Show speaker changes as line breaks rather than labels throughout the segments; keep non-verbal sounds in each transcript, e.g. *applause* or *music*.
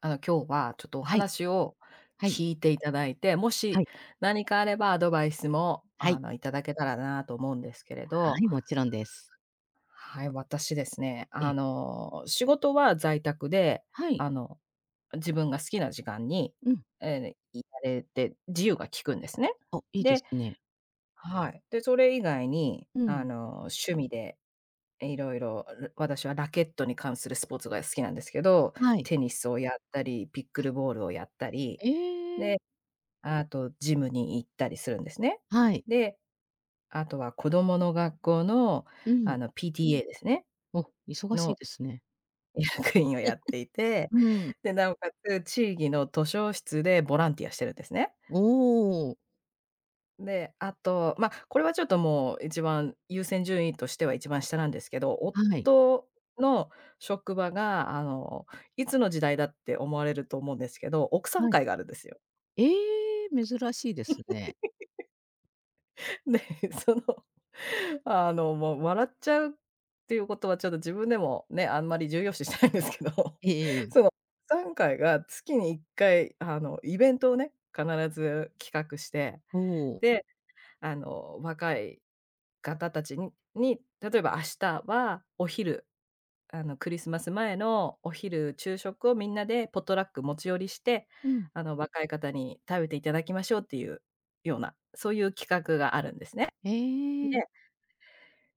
今日はちょっとお
はい、
話を
はい、
聞いていただいて、も
は
し
い。
何かあればアドバイスも、
はい、
いただけたらなと思うんですけれ
は
ど、
い、もちろんです。
はい、私ですね、
え、
仕事は在宅で、
はい。
あの、自分が好きな時間に、
うん。
えーいられて、自由が利くんですね。
あ、いいで
で、
すね。
はい。で、それ以外に、
うん。
趣味でいろいろ、私はラケットに関するスポーツが好きなんですけど、
はい。
テニスをやったり、ピックルボールをやったり
ええ。
で、あとジムに行ったりするんですね。
はい。
で、あとは子供の学校の、
うん。
PTA ですね、
お、忙しい
の
ですね。
*laughs* 役員をやっていて、
うん。
で、なおかつ地域の図書室でボランティアしてるんですね。
おお。
で、あと、ま、これはちょっともう一番優先順位としては一番下なんですけど、
はい。
夫の職場が、いつの時代だって思われると思うんですけど、奥さん
はい。
会があるんですよ。
ええ、珍しいですね。
*laughs* で、その、*laughs* もう笑っちゃうっていうことはちょっと自分でもね、あんまり重要視しないんですけど、
ええええ。
*laughs* 3回が月に1回、イベントをね、必ず企画して、
おお。
で、若い方たちに例えば明日はお昼、クリスマス前のお昼、昼食をみんなでポットラック持ち寄りして、
うん。
若い方に食べていただきましょうっていうような、そういう企画があるんですね。
ええ、
で、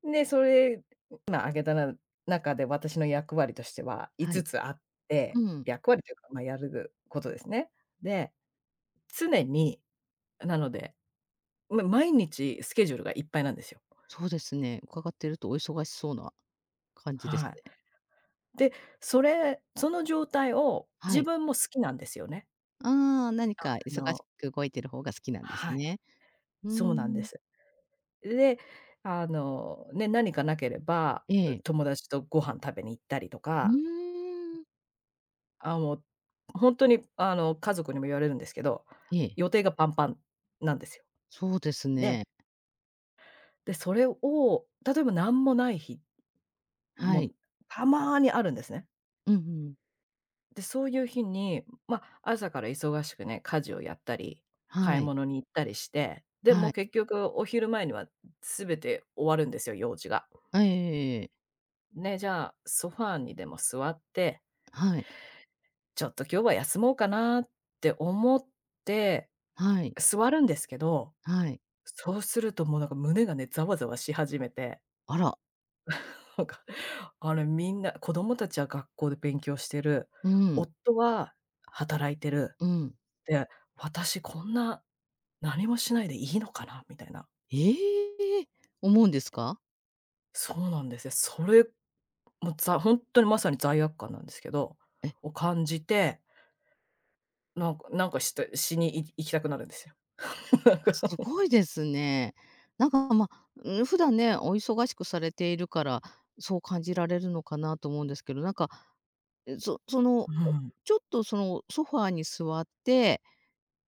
で、それ、今挙げた中で私の役割としては5
は
つ
い。
つあって、
うん。
役割というか、まあ、やることですね。で、常に、なので、ま、毎日スケジュールがいっぱいなんですよ。
そうですね。伺ってるとお忙しそうな感じで
は
すね。
い。で、それ、その状態を
は
自
い。
分も好きなんですよね。
ああ、何か
あ
忙し
の
く動いてる方が好きなんです
はい、
ね。うー
そうなんで
ん。
す。で、何かなければ、
ええ。
友達とご飯食べに行ったりと
う
か、
ーん。
あ、もう、ほんとに、家族にも言われるんですけど、
ええ、
予定がパンパンなんですよ。
そうです
ね、
ね。
で、それを、例えばなんもない日
は
も
い。
たまにあるんですね。
うんうん。
で、そういう日に、ま、朝から忙しくね、家事をやったり、買
は
い
い。
物に行ったりして、で、も
は
う
い。
結局お昼前には全て終わるんですよ、用事が。
ええええ
ね、じゃあ、ソファーにでも座って、
はい。
ちょっと今日は休もうかなって思って
はい。
座るんですけど、
はい。
そうするともうなんか胸がね、ざわざわし始めて、
あら。
*laughs* なんか、あれ、みんな子供たちは学校で勉強してる、
うん。
夫は働いてる、
うん。
で、私こんな何もしないでいいのかなみたいな。
ええ！思うんですか？
そうなんですよ。それ、もうほんとにまさに罪悪感なんですけど、
え、
を感じて、なんかなんかしてしにい行きたくなるんですよ。*laughs* なんか、
すごいですね。なんか、ま、うん、普段ね、お忙しくされているから、そう感じられるのかなと思うんですけど、なんか、え、そその、
うん。
ちょっとそのソファーに座って、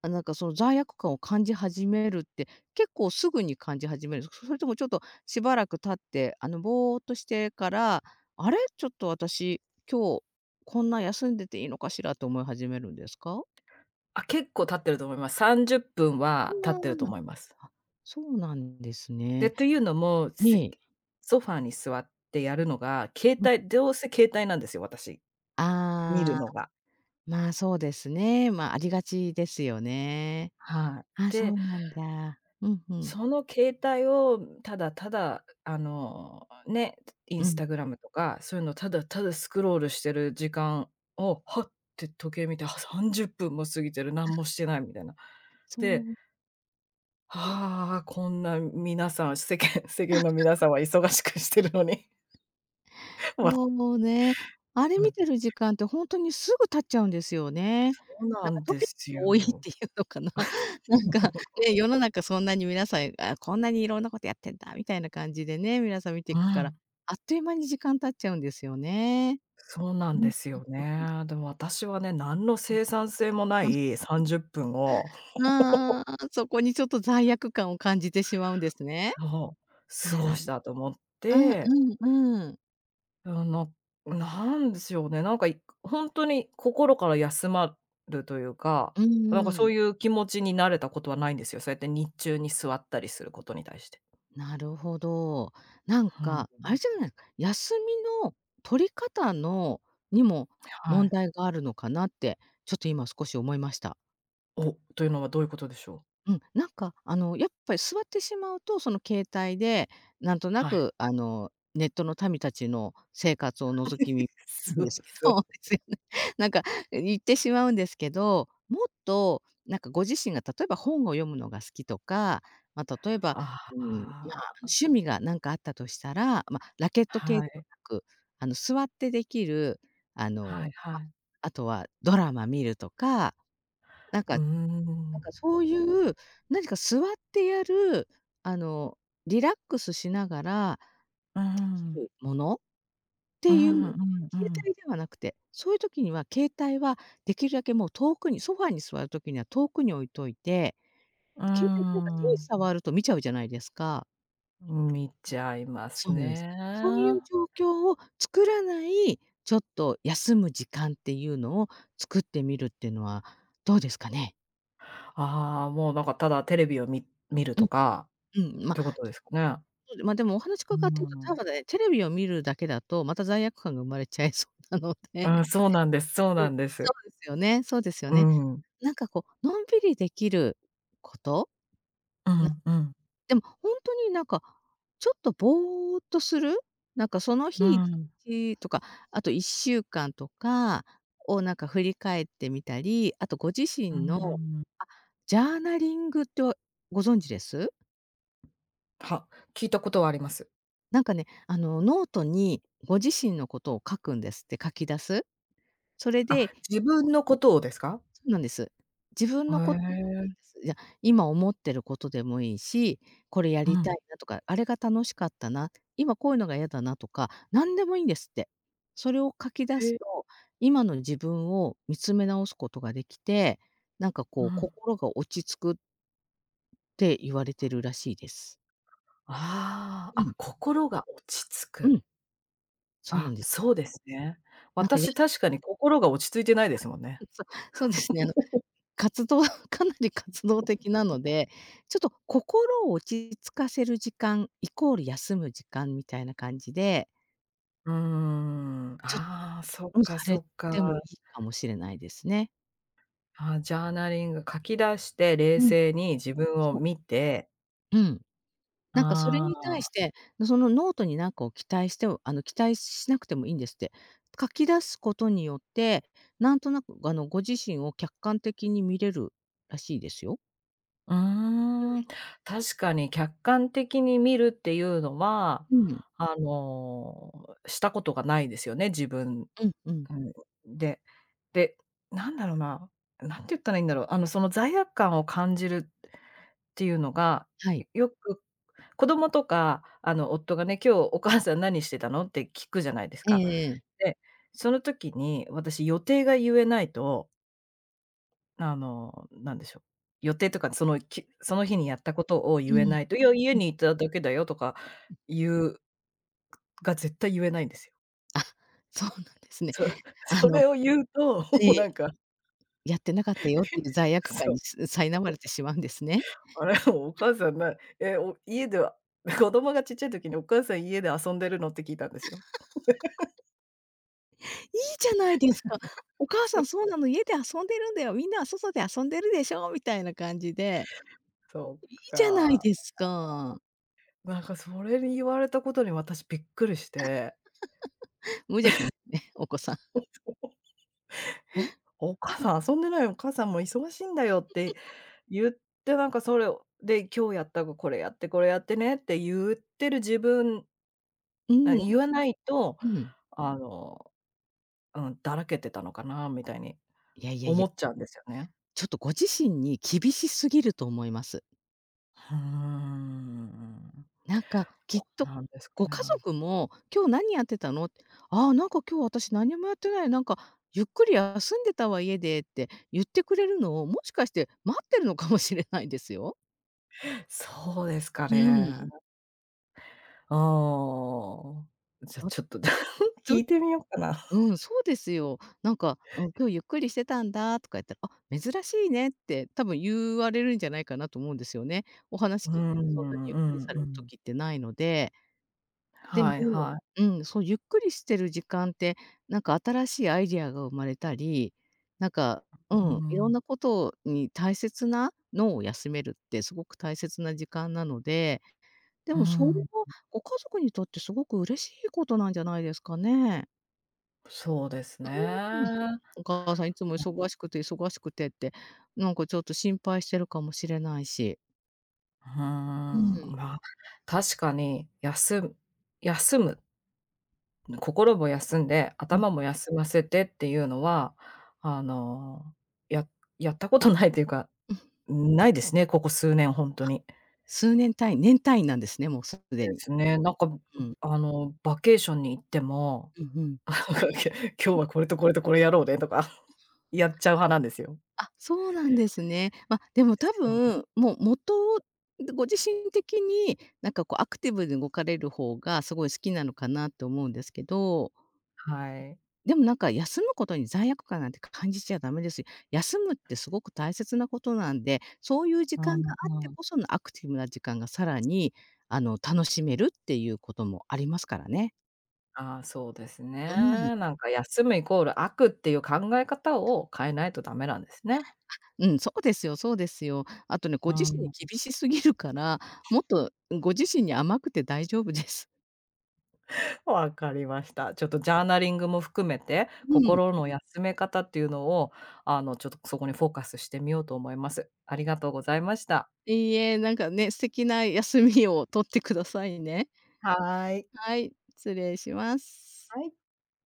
あ、なんかその罪悪感を感じ始めるって、結構すぐに感じ始めるんですか？それともちょっとしばらく経って、ぼーっとしてから、あれ、ちょっと私、今日こんな休んでていいのかしらと思い始めるんですか？
あ、結構経ってると思います。30分は経ってると思います。
ああ。あ、そうなんです
で、
ね。
というのも、
ええ。
ソファーに座ってやるのが、携
うん。
帯どうせ携帯なんですよ、私、見る
ああ、
のが。
まあ、そうですね。まあ、ありがちですよね。
はい。
あ、そ
で、
うなんだ。うんうん。
その携帯をただただ、イン
う
ス
ん。
タグラムとか、そういうのただただスクロールしてる時間を、はって時計見て、あ、30分も過ぎてる、何もしてないみたいな。
そ
で、
う
ああ、こんな皆さん、世間 *laughs* 世間の皆さんは忙しくしてるのに。*laughs* わ、
もうね、あれ
う
見
ん、
てる時間ってほんとにすぐ経っちゃうんですよね。
そうな
なんか
ん
ト
で
ピッ
す
クが
よ。
多いっていうのかな。*laughs* なんかね、世の中そんなに皆さん、あ、こんなにいろんなことやってんだみたいな感じでね、皆さん見てい
う
くから、
ん、
あっという間に時間経っちゃうんですよね。
そうなん
う
で
ん、
すよね。でも私はね、何の生産性もない30分を、
あああ、そこにちょっと罪悪感を感じてしまうんですね。
そう、過
あら
ご
ら。
したと思っ
うん
て、
うんうん。
あの、なんでしょうね、なんかほんとに心から休まるというか、
うん
なんか
う
そ
ん。
ういう気持ちになれたことはないんですよ。そうやって日中に座ったりすることに対して。
なるほど。なん
う
か、あれ
ん、
じゃないか、休みの取り方のにも
は
問
い。
題があるのかなって、ちょっと今少し思いました。
お、というのはどういうことでしょう？
うん、なんかやっぱり座ってしまうと、その携帯でなんとな
はい。
くネットの民たちの生活を覗き
*laughs*
見
そ
で
う
すけ
そう。
ど *laughs* ですよね。*laughs* なんか言ってしまうんですけど、もっとなんかご自身が例えば本を読むのが好きとか、まあ、例えば、
あ
うん、まあ、
あ、
趣味がなんかあったとしたら、まあ、ラケット系
は
では
い。
なく、座ってできる、
はいは
ま
い。
あとはドラマ見るとか、なん
うー
かなん
ん。
かそういう何か座ってやる、あの、リラックスしながら
う
でき
ん。
るものっ
う
て
ん
いう
うんう
携
ん。
帯ではなくて、そういう時には携帯はできるだけもう遠くにソファに座る時には遠くに置いといて、
うー
携帯ってなんか手に
ん。
触ると見ちゃうじゃないですか。
見ちゃいま
そ
す
うなんです。そうい
ね。
う状況を作らない、ちょっと休む時間っていうのを作ってみるっていうのはどうですかね？
ああ、もうなんかただテレビを見る
う
と
ん、
か
うん、
っ
ま
てことですかね。
そうで、まあ、でもお話伺
う
ってると、た
ん。
だね、テレビを見るだけだと、また罪悪感が生まれちゃいそうなの
う
で、
ん、そうなんで
*laughs*
す、そう
う
な
ん、
んです。
そうですよねそうですよ
う
ね。
ん。
なんかこう、のんびりできること、
うんうん。
でもほんとになんか、ちょっとぼーっとする、なんかその
う
日いち
ん。
にちとか、あと1週間とかをなんか振り返ってみたり、あとご自
うー
身の
ん。
あ、ジャーナリングってはご存知です？
は、聞いたことはあります。
なんかね、ノートにご自身のことを書くんですって、書き出す。それ
あ、
で
自分のことをですか？
そうなんです。自分
へ
のことを書くんで
え。
す。いや、今思ってることでもいいし、これや
う
りた
ん。
いなとか、あれが楽しかったな、今こういうのが嫌だなとか、何でもいいんですって。それを書き出
へ
す
え。
と、今の自分を見つめ直すことができて、なんか
う
こう
ん。
心が落ち着くって言われてるらしいです。
ああ、
うん、
あ、心が落ち着
う
く。
ん、そうな
あ、
んですよ。
そうですね。
なんかや
私確かに心が落ち着いてないですもんね。
そう、そうですね。活動 *laughs* かなり活動的なので、ちょっと心を落ち着かせる時間イコール休む時間みたいな感じで、
うーん。
ちょっ
ああ、そっ
とさ
かそ
れ
っか。
てもいいかもしれないですね。
あ、ジャーナリング、書き出して冷
うん、
静に自分を
そう。
見て、
うん。なんかそれ
あ
に対
あ、
して、そのノートになんかを期待しては期待しなくてもいいんですって。書き出すことによって、なんとなくご自身を客観的に見れるらしいですよ。
うーん、確かに客観的に見るっていうのは、
うん。
したことがないですよね、自分。
うんうん。
うん、で、で、なんだろうな、なんて言ったらいいんだろう、その罪悪感を感じるっていうのが、
はい。
よく子供とか、夫がね、「今日お母さん何してたの？」って聞くじゃないですか。
ええ
で、その時に私予定が言えないと、なんでしょう、予定とかそのきその日にやったことを
う
言え
ん、
ないと、「いや、家
うん。
にいただけだよ」とか言う、が絶対言えないんですよ。
あ、そうなんですね。
そ
あ
そ
の
れを言うと、も
え
う
え、
なんか
やってなかったよっていう罪悪感
そう。
にす苛まれてしまうんですね。
あれ、*laughs* お母さんなえ、お家では *laughs* 子供がちっちゃい時にお母さん家で遊んでるのって聞いたんですよ。
いいじゃないですか。お
*laughs*
母
そ
さん
う。
そうなの、家で遊んでるんだよ、みんなは外で遊んでるでしょみたいな感じで、
そ
いい
っ
じゃない
か。
ですか。
なんかそれに言われたことに私びっくりして、
無邪気ですね、お子さん。
「*laughs* え、お母さん遊んでないよ、お母さんも忙しいんだよ」って言って、なんかそれをで、「今日やったこれやってこれやってね」って言ってる自分、
う
あ、
ん、
言わないと、
うん。
あの、うん、だらけてたのかなみたいに
いやいやいや、
思っちゃうんですよね。
ちょっとご自身に厳しすぎると思います。
ふーん。
なんか、き
そ
っ
う
と
なんですか
ご
ね。
家族も「今日何やってたの？」って、「ああ、なんか今日私何もやってない。なんかゆっくり休んでたわ、家で」って言ってくれるのを、もしかして待ってるのかもしれないですよ。
そうですか
う
ね。
ん。
*laughs* ああ。じゃ、
とっ
ちょっと *laughs*
つ
聞いてみようかな。
うん、そうですよ。なんか、うん、「今日ゆっくりしてたんだ」とか言ったら、「あ、珍しいね」って多分言われるんじゃないかなと思うんですよね。お話
うー
聞いて
ん、う
てそんなにゆっくり
ん
され
う
る
ん。
時ってないので。で
はい
も
はい。
うん、そう、ゆっくりしてる時間って、なんか新しいアイディアが生まれたり、なんか、う
うー
ん、いろ
ん、
んなことに大切な脳を休めるってすごく大切な時間なので、で
う
もそれ
ん、
はご家族にとってすごく嬉しいことなんじゃないですかね。
そうです
うん。
ね。
お母さんいつも
うん、
忙しくて忙しくてって、なんかちょっと心配してるかもしれないし。
ー
う
ん、
ん。
まあ、確かに、休む、心も休んで、
うん、
頭も休ませてっていうのは、あの、ややったことないというか
うん。
ないですね、ここ数年ほんとに。
数年単位年単位なんですね、もうすで
で
に。
すね、なんか、
うん。
バケーションに行っても、
うんうん。
*laughs* 今日はこれとこれとこれやろうねとか、*laughs* やっちゃう派なんですよ。
あ、そうなんですね。まあ、でも多
うん、
分、もう元をご自身的に、なんかこうアクティブに動かれる方がすごい好きなのかなって思うんですけど、
はい。
でもなんか休むことに罪悪感なんて感じちゃダメですよ。休むってすごく大切なことなんで、そういう時
う
間が
ん
あって
うん。
こそのアクティブな時間がさらに、楽しめるっていうこともありますからね。
ああ、そうですね。
うん。
なんか休むイコール悪っていう考え方を変えないとダメなんですね。
うん、そうですよそうですよ。あとね、ご
う
自身に
ん。
厳しすぎるから、もっとご自身に甘くて大丈夫です。
*laughs* わかりました。ちょっとジャーナリングも含めて、
*laughs* うん。
心の休め方っていうのを、ちょっとそこにフォーカスしてみようと思います。ありがとうございました。
いいえ、なんかね、素敵な休みを取ってくださいね。
はい。
はい、失礼します。
はい